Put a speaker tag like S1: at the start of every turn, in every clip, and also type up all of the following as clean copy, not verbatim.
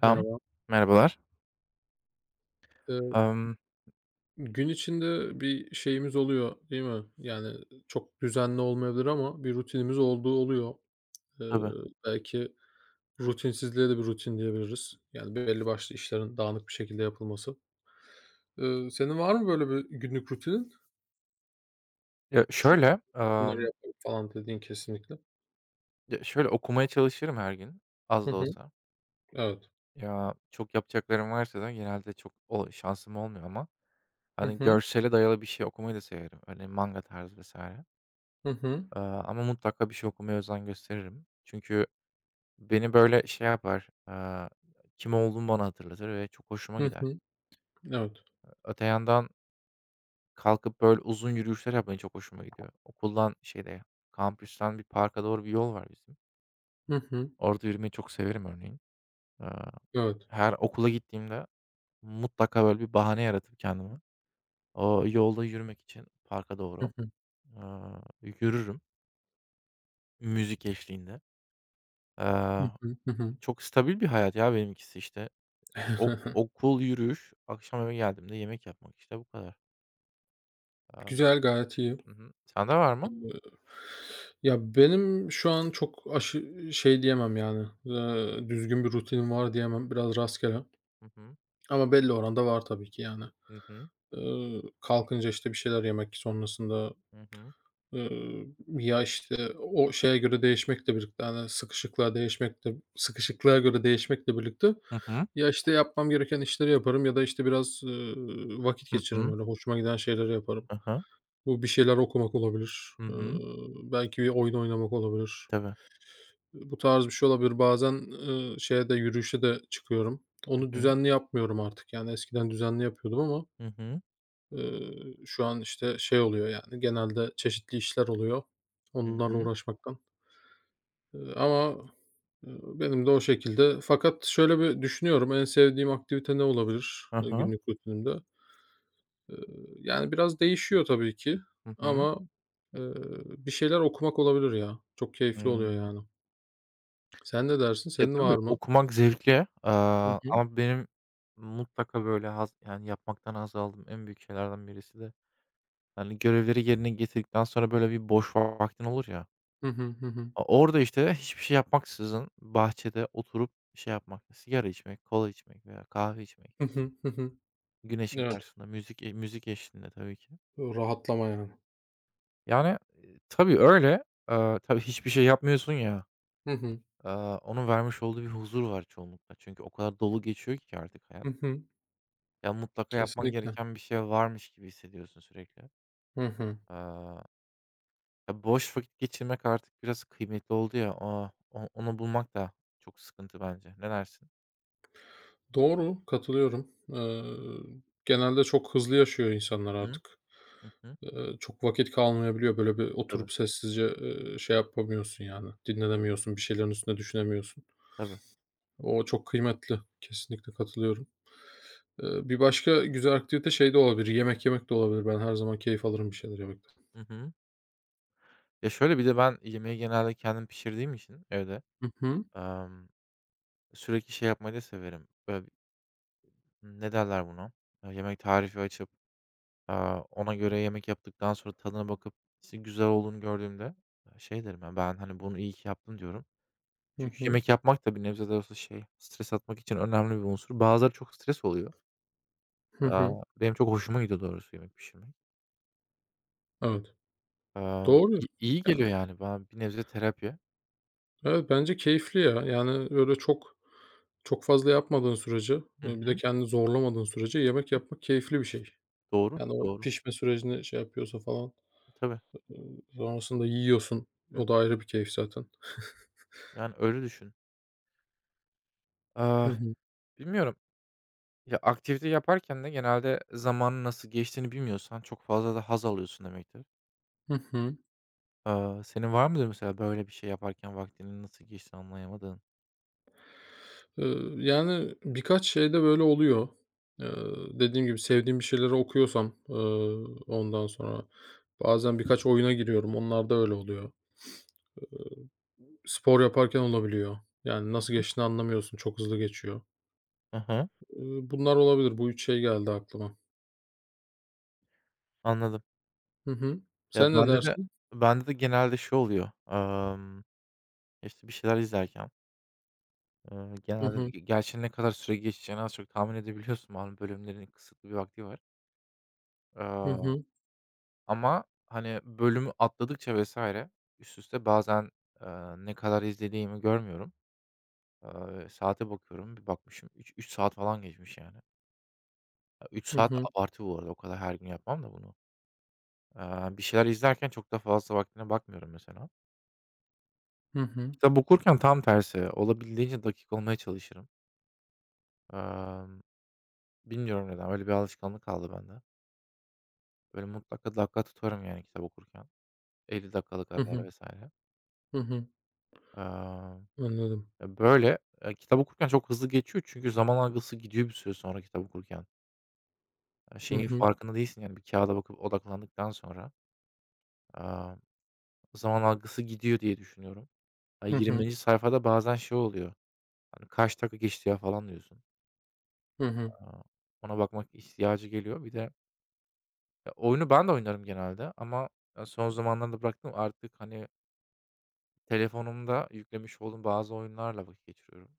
S1: Selam,
S2: Merhaba.
S1: merhabalar.
S2: Eee,
S1: Emm,
S2: gün içinde bir şeyimiz oluyor, değil mi? Yani çok düzenli olmayabilir ama bir rutinimiz olduğu oluyor. Eee,
S1: Tabii.
S2: belki rutinsizliğe de bir rutin diyebiliriz. Yani belli başlı işlerin dağınık bir şekilde yapılması. Senin var mı böyle bir günlük rutinin?
S1: ya,
S2: Çok
S1: şöyle,
S2: sık bunları yaparım falan dediğin kesinlikle.
S1: ya, şöyle okumaya çalışırım her gün, az
S2: Hı
S1: da
S2: hı.
S1: olsa.
S2: Evet.
S1: Ya, çok yapacaklarım varsa da genelde çok o şansım olmuyor ama,
S2: Hı
S1: hani,
S2: hı.
S1: görsele dayalı bir şey okumayı da severim. Öyle manga tarzı vesaire.
S2: Hı hı.
S1: Ama mutlaka bir şey okumaya özen gösteririm. Çünkü beni, böyle, şey yapar, kim olduğumu bana hatırlatır ve çok hoşuma
S2: Hı
S1: gider.
S2: hı. Evet.
S1: Öte yandan kalkıp, böyle, uzun yürüyüşler yapmayı çok hoşuma gidiyor. Okuldan, şeyde, kampüsten bir parka doğru bir yol var bizim.
S2: Hı hı.
S1: Orada yürümeyi çok severim örneğin. Eee,
S2: Evet.
S1: her okula gittiğimde mutlaka böyle bir bahane yaratıp kendime, o yolda yürümek için parka
S2: Hı
S1: doğru,
S2: hı.
S1: yürürüm müzik eşliğinde.
S2: Hı
S1: Eee,
S2: hı. Hı hı.
S1: çok stabil bir hayat ya benimkisi işte. Ok okul, yürüyüş, akşam eve geldiğimde yemek yapmak işte bu kadar. Eee,
S2: Güzel, gayet iyi.
S1: hı hı. Sende var mı?
S2: Iıı, ya, benim şu an çok aşı şey diyemem yani, düzgün bir rutinim var diyemem. Biraz rastgele
S1: Hı hı.
S2: ama belli oranda var tabii ki yani.
S1: Hı hı.
S2: Kalkınca, işte, bir şeyler yemek sonrasında,
S1: Hı hı.
S2: eee, ya, işte, o şeye göre değişmekle birlikte, hani, sıkışıklığa göre değişmekle birlikte
S1: Hı hı.
S2: ya, işte, yapmam gereken işleri yaparım ya da, işte, biraz, vakit
S1: Hı
S2: geçiririm,
S1: hı.
S2: öyle hoşuma giden şeyleri yaparım.
S1: Hı hı.
S2: Bu bir şeyler okumak olabilir, eee,
S1: Hı.
S2: belki bir oyun oynamak olabilir.
S1: Tabii.
S2: Bu tarz bir şey olabilir. Bazen, şeye de yürüyüşe de çıkıyorum.
S1: Hı
S2: Onu
S1: hı.
S2: düzenli yapmıyorum artık. Yani eskiden düzenli yapıyordum ama,
S1: Hı hı.
S2: şu an, işte, şey oluyor yani genelde çeşitli işler oluyor
S1: Hı
S2: onlarla
S1: hı.
S2: uğraşmaktan. Ama, benim de o şekilde. Fakat şöyle bir düşünüyorum, en sevdiğim aktivite ne olabilir,
S1: Hı hı.
S2: günlük rutinimde? Iıı, yani biraz değişiyor tabii ki
S1: Hı hı.
S2: ama, ııı, bir şeyler okumak olabilir ya. Çok keyifli oluyor yani. Sen ne dersin?
S1: Ya,
S2: Senin
S1: tabii
S2: var mı?
S1: okumak zevkli,
S2: Hı hı.
S1: ama benim mutlaka böyle haz yani yapmaktan haz aldığım en büyük şeylerden birisi de, hani, görevleri yerine getirdikten sonra böyle bir boş vaktin olur ya,
S2: Hı hı. Hı hı.
S1: o orada işte hiçbir şey yapmaksızın bahçede oturup şey yapmak, sigara içmek, kola içmek veya kahve içmek,
S2: Hı hı. Hı hı.
S1: güneşin
S2: Evet,
S1: karşısında müzik eşliğinde tabii ki.
S2: rahatlama yani.
S1: Yani, tabii öyle. Tabii hiçbir şey yapmıyorsun ya,
S2: Hı hı.
S1: onun vermiş olduğu bir huzur var çoğunlukla. Çünkü o kadar dolu geçiyor ki artık hayat.
S2: Hı hı.
S1: Ya, mutlaka yapman
S2: Kesinlikle.
S1: gereken bir şey varmış gibi hissediyorsun sürekli.
S2: Hı hı.
S1: Eee, Ya, boş vakit geçirmek artık biraz kıymetli oldu ya, o o onu bulmak da çok sıkıntı bence. Ne dersin?
S2: Doğru, katılıyorum. Genelde çok hızlı yaşıyor
S1: Hı
S2: insanlar
S1: hı.
S2: artık.
S1: Hı.
S2: Çok vakit kalmayabiliyor. Böyle bir
S1: Tabii,
S2: oturup sessizce, şey yapamıyorsun yani,
S1: tabii.
S2: dinlenemiyorsun, bir şeylerin üstüne düşünemiyorsun.
S1: Tabii.
S2: O çok kıymetli. Kesinlikle katılıyorum. Bir başka güzel aktivite şey de olabilir, yemek yemek de olabilir. Ben her zaman keyif alırım bir şeyler yemekten.
S1: Hı hı. Ya, şöyle bir de ben yemeği genelde kendim pişirdiğim için evde,
S2: Hı hı.
S1: emm, sürekli şey yapmayı da severim. Böyle, ne derler buna? Yemek tarifi açıp, ona göre yemek yaptıktan sonra tadına bakıp, işte, güzel olduğunu gördüğümde, şey derim ya, ben, hani, bunu iyi ki yaptım diyorum.
S2: Hı
S1: Çünkü
S2: hı.
S1: yemek yapmak da bir nebze de olsa şey, stres atmak için önemli bir unsur. Bazıları çok stres oluyor.
S2: Hı hı.
S1: Aaa, benim çok hoşuma gidiyor doğrusu yemek pişirmek.
S2: Evet.
S1: Aaa,
S2: Doğru.
S1: iyi iyi
S2: Yani
S1: geliyor yani bana bir nebze terapi.
S2: evet, bence keyifli ya. Yani, böyle, çok çok fazla yapmadığın sürece,
S1: Hı
S2: bir de
S1: hı.
S2: kendini zorlamadığın sürece yemek yapmak keyifli bir şey.
S1: Doğru,
S2: Yani, o
S1: doğru.
S2: pişme sürecini şey yapıyorsa falan,
S1: E, tabii.
S2: eee, sonrasında yiyorsun.
S1: Hı.
S2: O da ayrı bir keyif zaten.
S1: Yani öyle düşün.
S2: Hı
S1: Aaa,
S2: hı.
S1: bilmiyorum. Ya, aktivite yaparken de genelde zamanın nasıl geçtiğini bilmiyorsan çok fazla da haz alıyorsun demektir.
S2: Hı hı.
S1: Senin var mıdır mesela böyle bir şey yaparken vaktinin nasıl geçtiğini anlayamadığın?
S2: Yani, birkaç şeyde böyle oluyor. Eee, dediğim gibi sevdiğim bir şeyleri okuyorsam, ondan sonra bazen birkaç oyuna giriyorum. Onlar da öyle oluyor. Spor yaparken olabiliyor. Yani, nasıl geçtiğini anlamıyorsun. Çok hızlı geçiyor.
S1: Hı hı.
S2: Bunlar olabilir. Bu 3 şey geldi aklıma.
S1: Anladım.
S2: Hı hı.
S1: Ya,
S2: Sen ne
S1: bende de
S2: dersin?
S1: bende de genelde şey oluyor, işte, bir şeyler izlerken, eee,
S2: Hı
S1: genelde
S2: hı.
S1: gerçi ne kadar süre geçeceğini az çok tahmin edebiliyorsun malum bölümlerin kısıtlı bir vakti var.
S2: Hı
S1: Eee,
S2: hı.
S1: ama, hani, bölümü atladıkça vesaire üst üste bazen, eee, ne kadar izlediğimi görmüyorum. Saate bakıyorum, bir bakmışım 3 saat falan geçmiş yani. Ya, 3
S2: Hı
S1: saat
S2: hı.
S1: abartı bu arada, o kadar her gün yapmam da bunu. Bir şeyler izlerken çok da fazla vaktine bakmıyorum mesela.
S2: Hı hı.
S1: Kitap okurken tam tersi, olabildiğince dakik olmaya çalışırım. Emm, bilmiyorum neden, öyle bir alışkanlık kaldı bende. Böyle mutlaka dakika tutarım yani kitap okurken. 50 dakikalık
S2: Hı
S1: aralar
S2: hı.
S1: vs.
S2: Hı hı.
S1: Emm,
S2: Anladım.
S1: Ya, böyle, kitap okurken çok hızlı geçiyor çünkü zaman algısı gidiyor bir süre sonra kitap okurken. Ya,
S2: Hı
S1: şeyin
S2: hı.
S1: farkında değilsin yani bir kâğıda bakıp odaklandıktan sonra, aaa, zaman algısı gidiyor diye düşünüyorum. Ya,
S2: Hı hı.
S1: 20'nci sayfada bazen şey oluyor, hani, "Kaç dakika geçti ya?" falan diyorsun.
S2: Hı hı.
S1: Aaa, ona bakmak ihtiyacı geliyor. Bir de ya, oyunu ben de oynarım genelde ama, son zamanlarda bıraktım. Artık, hani, telefonumda yüklemiş olduğum bazı oyunlarla vakit geçiriyorum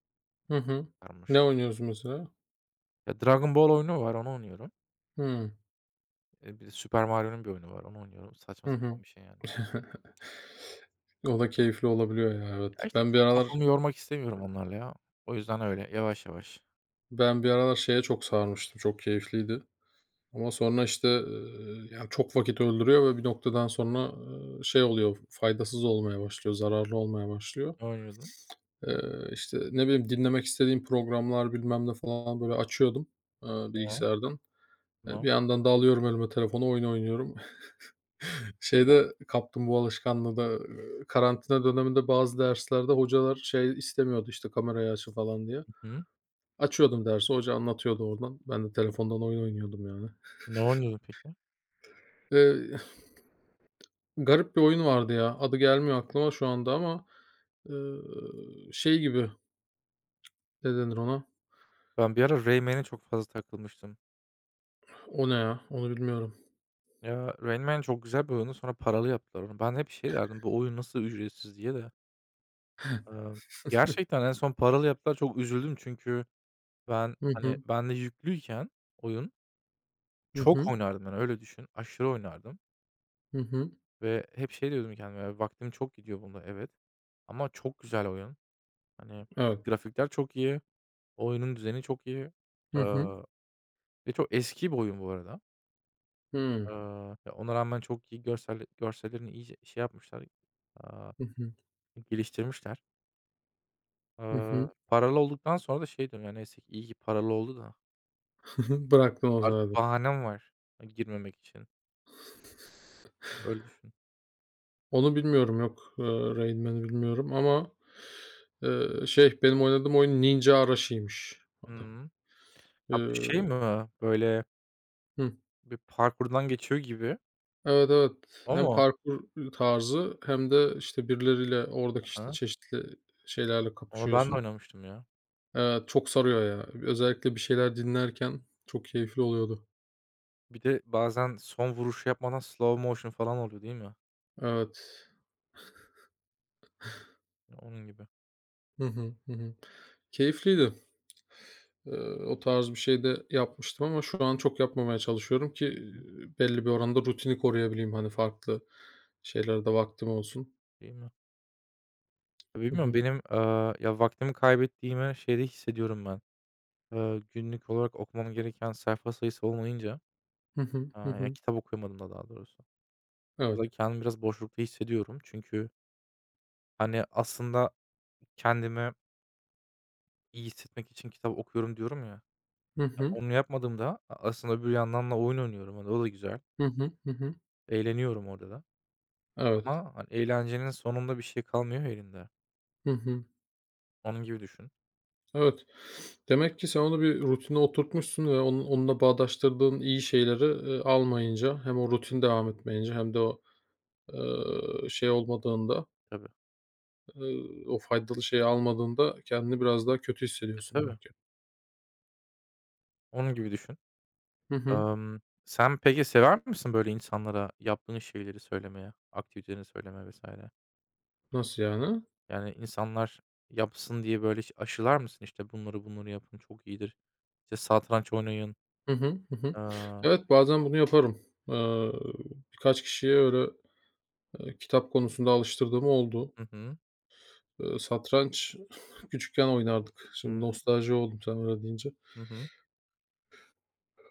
S2: Hı hı. Ne
S1: sarmaşık.
S2: oynuyoruz mesela?
S1: Ya, Dragon Ball oyunu var, onu oynuyorum.
S2: Hıı.
S1: Bir de Super Mario'nun bir oyunu var, onu oynuyorum. Saçma
S2: Hı hı.
S1: sapan bir şey yani.
S2: O da keyifli olabiliyor ya,
S1: Ya,
S2: evet.
S1: işte, çok kafamı yormak istemiyorum onlarla ya. O yüzden öyle yavaş yavaş.
S2: Ben bir aralar şeye çok sarmıştım. Çok keyifliydi ama sonra, işte, yani, çok vakit öldürüyor ve bir noktadan sonra, şey oluyor, faydasız olmaya başlıyor, zararlı olmaya başlıyor.
S1: Ne oynuyordun?
S2: İşte, ne bileyim, dinlemek istediğim programlar bilmem ne falan, böyle, açıyordum,
S1: Tamam,
S2: bilgisayardan. Bir
S1: tamam.
S2: yandan da alıyorum elime telefonu, oyun oynuyorum. Şeyde kaptım bu alışkanlığı da, karantina döneminde bazı derslerde hocalar şey istemiyordu, işte, kamerayı açın falan diye.
S1: Hı hı.
S2: Açıyordum dersi, hoca anlatıyordu oradan. Ben de telefondan oyun oynuyordum yani.
S1: Ne oynuyordun peki?
S2: Eee, garip bir oyun vardı ya, adı gelmiyor aklıma şu anda ama, şey gibi, ne denir ona?
S1: Ben bir ara Rain çok fazla takılmıştım.
S2: O ne ya? Onu bilmiyorum.
S1: Ya, Rayman çok güzel bir oyundu. Sonra paralı yaptılar onu. Ben hep şey derdim, "Bu oyun nasıl ücretsiz?" diye de. Eee, gerçekten en son paralı yaptılar, çok üzüldüm çünkü ben,
S2: Hı
S1: hani,
S2: hı.
S1: bende yüklüyken oyun
S2: Hı
S1: çok
S2: hı.
S1: oynardım, yani, öyle düşün. Aşırı oynardım
S2: Hı hı.
S1: ve hep şey diyordum kendime, "Ya, vaktim çok gidiyor bunda, evet ama çok güzel oyun." Hani,
S2: Evet.
S1: grafikler çok iyi, oyunun düzeni çok iyi,
S2: Hı hı.
S1: eee, ve çok eski bir oyun bu arada.
S2: Hıı.
S1: Ya, ona rağmen çok iyi görsellerini iyice şey yapmışlar, aaa,
S2: Hı hı.
S1: geliştirmişler.
S2: Hı
S1: Eee,
S2: hı.
S1: paralı olduktan sonra da şey diyorum, "Ya, neyse ki iyi ki paralı oldu da."
S2: Bıraktın o
S1: Artık
S2: zaman.
S1: bahanem var, girmemek için. Öyle düşün.
S2: Onu bilmiyorum, yok. Rain Man'i bilmiyorum ama, şey, benim oynadığım oyun Ninja Arashi'ymiş adı.
S1: Hımm. Ha, bu şey
S2: Eee
S1: mi? Böyle
S2: Hı.
S1: bir parkurdan geçiyor gibi
S2: Evet, evet.
S1: o
S2: Hem
S1: mu?
S2: parkur tarzı hem de, işte, birileriyle oradaki,
S1: Hı
S2: işte,
S1: hı.
S2: çeşitli şeylerle
S1: Onu ben de
S2: kapışıyorsun.
S1: oynamıştım ya.
S2: Evet, çok sarıyor ya. Özellikle bir şeyler dinlerken çok keyifli oluyordu.
S1: Bir de bazen son vuruşu yapmadan slow motion falan oluyor değil mi?
S2: Evet.
S1: Onun gibi.
S2: Hı hı. Hı hı. Keyifliydi. Eee, o tarz bir şey de yapmıştım ama şu an çok yapmamaya çalışıyorum ki,
S1: Hı hı.
S2: belli bir oranda rutini koruyabileyim, hani, farklı şeylerde vaktim olsun.
S1: Değil mi? Ya,
S2: Hı
S1: bilmiyorum
S2: hı.
S1: benim, ya, vaktimi kaybettiğimi şeyde hissediyorum ben. Günlük olarak okumam gereken sayfa sayısı olmayınca,
S2: Hı hı. Hı
S1: ya,
S2: hı.
S1: kitap okuyamadım da daha doğrusu. Orada
S2: Evet.
S1: kendimi biraz boşlukta hissediyorum. Çünkü, hani, aslında kendimi İyi hissetmek için kitap okuyorum diyorum ya.
S2: Hı
S1: Ya,
S2: hı.
S1: onu yapmadığımda aslında bir yandan da oyun oynuyorum. Hani, o da güzel.
S2: Hı hı. Hı hı.
S1: Eğleniyorum orada da
S2: Evet.
S1: ama, hani, eğlencenin sonunda bir şey kalmıyor ya elinde.
S2: Hı hı.
S1: Onun gibi düşün.
S2: Evet. Demek ki sen onu bir rutine oturtmuşsun ve onun onunla bağdaştırdığın iyi şeyleri, almayınca hem o
S1: Hı
S2: rutin devam etmeyince hem de o,
S1: hı.
S2: şey olmadığında,
S1: Tabii.
S2: o faydalı şeyi almadığında kendini biraz daha kötü
S1: E,
S2: hissediyorsun
S1: tabii.
S2: demek ki.
S1: Onun gibi düşün.
S2: Hı hı.
S1: Sen peki sever misin böyle insanlara yaptığın şeyleri söylemeye, aktivitelerini söylemeye vesaire.
S2: Nasıl yani?
S1: Yani insanlar yapsın diye böyle hiç aşılar mısın? İşte, "Bunları, bunları yapın, çok iyidir." İşte, "Satranç oynayın."
S2: Hı hı. Hı hı.
S1: Aaa
S2: Evet, bazen bunu yaparım. Eee, birkaç kişiye öyle, kitap konusunda alıştırdığım oldu.
S1: Hı hı.
S2: Satranç küçükken oynardık. Şimdi nostalji oldum sen öyle deyince.
S1: Hı hı.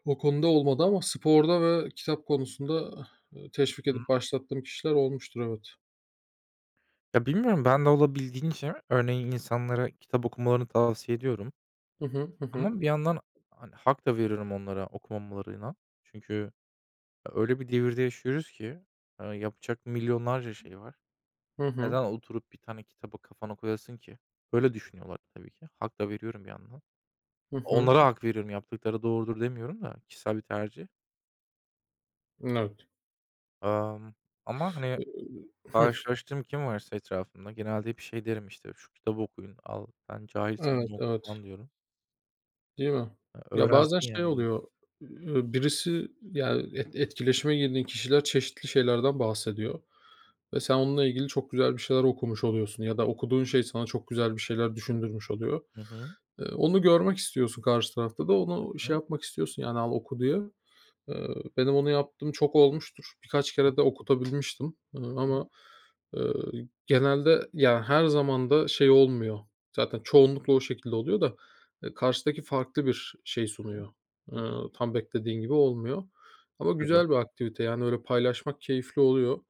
S2: O konuda olmadı ama sporda ve kitap konusunda, teşvik
S1: Hı
S2: edip
S1: hı.
S2: başlattığım kişiler olmuştur, evet.
S1: Ya, bilmiyorum, ben de olabildiğince örneğin insanlara kitap okumalarını tavsiye ediyorum
S2: Hı hı. Hı hı.
S1: ama bir yandan, hani, hak da veriyorum onlara okumamalarına. Çünkü öyle bir devirde yaşıyoruz ki, yapacak milyonlarca şey var.
S2: Hı hı.
S1: Neden oturup bir tane kitabı kafana koyasın ki? Böyle düşünüyorlar tabii ki. Hak da veriyorum bir yandan.
S2: Hı hı.
S1: Onlara hak veriyorum, yaptıkları doğrudur demiyorum da kişisel bir tercih.
S2: Evet.
S1: Emm, Ama, hani,
S2: Hıh.
S1: karşılaştığım kim varsa etrafımda genelde hep şey derim, işte, "Şu kitabı okuyun, al sen cahilsin,
S2: Evet,
S1: bunu oku."
S2: evet.
S1: falan diyorum.
S2: Değil mi? Ya, bazen
S1: Öğrensin
S2: şey
S1: yani.
S2: oluyor, birisi, yani, etkileşime girdiğin kişiler çeşitli şeylerden bahsediyor. Ve sen onunla ilgili çok güzel bir şeyler okumuş oluyorsun ya da okuduğun şey sana çok güzel bir şeyler düşündürmüş oluyor.
S1: Hı hı.
S2: Onu görmek istiyorsun karşı tarafta da
S1: Hı
S2: onu şey
S1: hı.
S2: yapmak istiyorsun, yani, "Al, oku." diye. Eee, benim onu yaptığım çok olmuştur. Birkaç kere de okutabilmiştim,
S1: Hı
S2: ama, ııı, genelde, yani her zaman da şey olmuyor. Zaten çoğunlukla o şekilde oluyor da, karşıdaki farklı bir şey
S1: hı.
S2: sunuyor. Tam beklediğin gibi olmuyor ama
S1: Tabii.
S2: güzel bir aktivite, yani, öyle paylaşmak keyifli oluyor.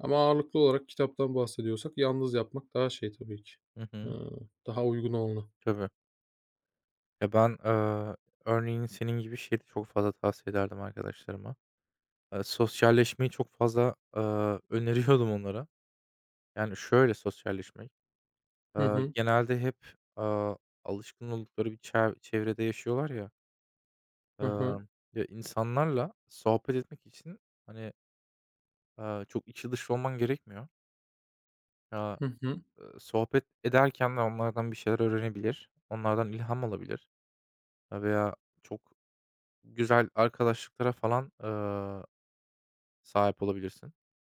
S2: Ama ağırlıklı olarak kitaptan bahsediyorsak yalnız yapmak daha şey tabii ki,
S1: Hı
S2: eee,
S1: hı.
S2: daha uygun olanı.
S1: Tabii. Ya, ben, örneğin senin gibi şeyi de çok fazla tavsiye ederdim arkadaşlarıma. Sosyalleşmeyi çok fazla, öneriyordum onlara. Yani şöyle sosyalleşmek,
S2: Hı hı.
S1: genelde hep, alışkın oldukları bir çevrede yaşıyorlar ya,
S2: Hı hı.
S1: emm, ya, insanlarla sohbet etmek için, hani, çok içi dış olman gerekmiyor. Aaa
S2: Hı hı.
S1: Sohbet ederken de onlardan bir şeyler öğrenebilir, onlardan ilham alabilir veya çok güzel arkadaşlıklara falan, sahip olabilirsin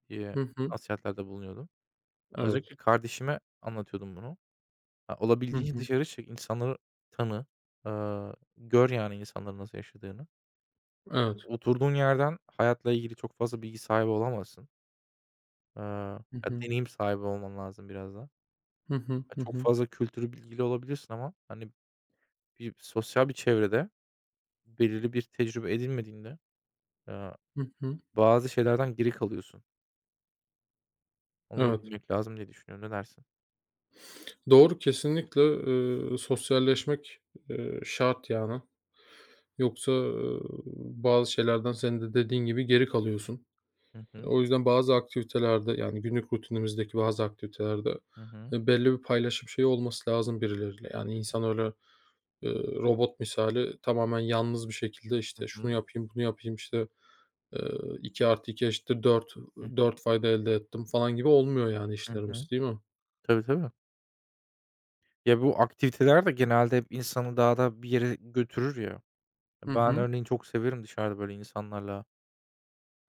S1: diye
S2: Hı hı.
S1: nasihatlerde bulunuyordum.
S2: Evet.
S1: Özellikle kardeşime anlatıyordum bunu. Ya,
S2: Hı
S1: olabildiğince
S2: hı.
S1: dışarı çık, insanları tanı, gör yani insanların nasıl yaşadığını.
S2: Evet.
S1: Oturduğun yerden hayatla ilgili çok fazla bilgi sahibi olamazsın. Iıı,
S2: Hı
S1: Ya,
S2: hı.
S1: deneyim sahibi olman lazım biraz da.
S2: Hı hı.
S1: Ya,
S2: Hı
S1: çok
S2: hı.
S1: fazla kültürü bilgili olabilirsin ama, hani, bir sosyal bir çevrede belirli bir tecrübe edinmediğinde, eee,
S2: Hı hı.
S1: bazı şeylerden geri kalıyorsun. Onu da
S2: Evet.
S1: bilmek lazım diye düşünüyorum. Ne dersin?
S2: Doğru, kesinlikle, sosyalleşmek, şart yani. Yoksa, bazı şeylerden senin de dediğin gibi geri kalıyorsun.
S1: Hı
S2: E,
S1: hı.
S2: o yüzden bazı aktivitelerde, yani günlük rutinimizdeki bazı aktivitelerde,
S1: Hı hı.
S2: belli bir paylaşım şeyi olması lazım birileriyle.
S1: Hı
S2: Yani insan öyle eee, robot misali tamamen yalnız bir şekilde, işte, şunu
S1: hı.
S2: yapayım, bunu yapayım, işte, iki iki artı dört
S1: Hı hı.
S2: dört fayda elde ettim falan gibi olmuyor yani
S1: Hı hı.
S2: işlerimiz, değil mi?
S1: Tabii, tabii. Ya, bu aktiviteler de genelde hep insanı daha da bir yere götürür ya.
S2: Hı
S1: Ben
S2: hı.
S1: örneğin çok severim dışarıda böyle insanlarla,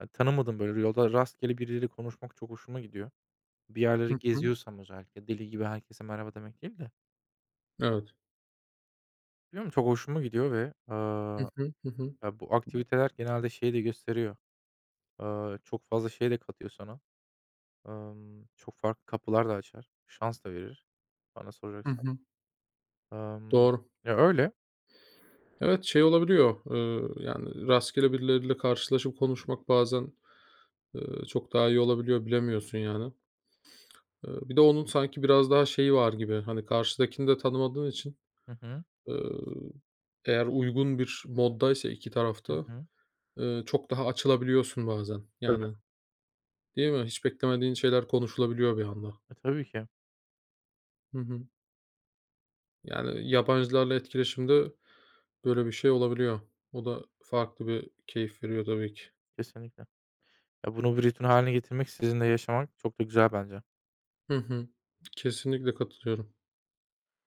S1: tanımadığım böyle yolda rastgele birileriyle konuşmak çok hoşuma gidiyor. Bir
S2: Hı
S1: yerleri
S2: hı.
S1: geziyorsam özellikle deli gibi herkese merhaba demek değil de,
S2: Evet.
S1: biliyor musun? Çok hoşuma gidiyor ve,
S2: Hı hı. Hı hı.
S1: ya, bu aktiviteler genelde şeyi de gösteriyor. Çok fazla şey de katıyor sana. Çok farklı kapılar da açar. Şans da verir bana
S2: Hı
S1: soracaksan.
S2: hı.
S1: Emm,
S2: Doğru.
S1: Ya, öyle.
S2: Evet, şey olabiliyor, yani rastgele birileriyle karşılaşıp konuşmak bazen, çok daha iyi olabiliyor, bilemiyorsun yani. Bir de onun sanki biraz daha şeyi var gibi, hani, karşıdakini de tanımadığın için,
S1: Hı hı.
S2: eee, eğer uygun bir moddaysa iki
S1: Hı
S2: tarafta
S1: hı.
S2: Çok daha açılabiliyorsun bazen.
S1: Tabii.
S2: Yani, değil mi? Hiç beklemediğin şeyler konuşulabiliyor bir anda.
S1: E, tabii ki.
S2: Hı hı. Yani, yabancılarla etkileşimde böyle bir şey olabiliyor. O da farklı bir keyif veriyor tabii ki.
S1: Kesinlikle. Ya, bunu bir ritüel hâline getirmek, sizinle yaşamak çok da güzel bence.
S2: Hı hı. Kesinlikle katılıyorum.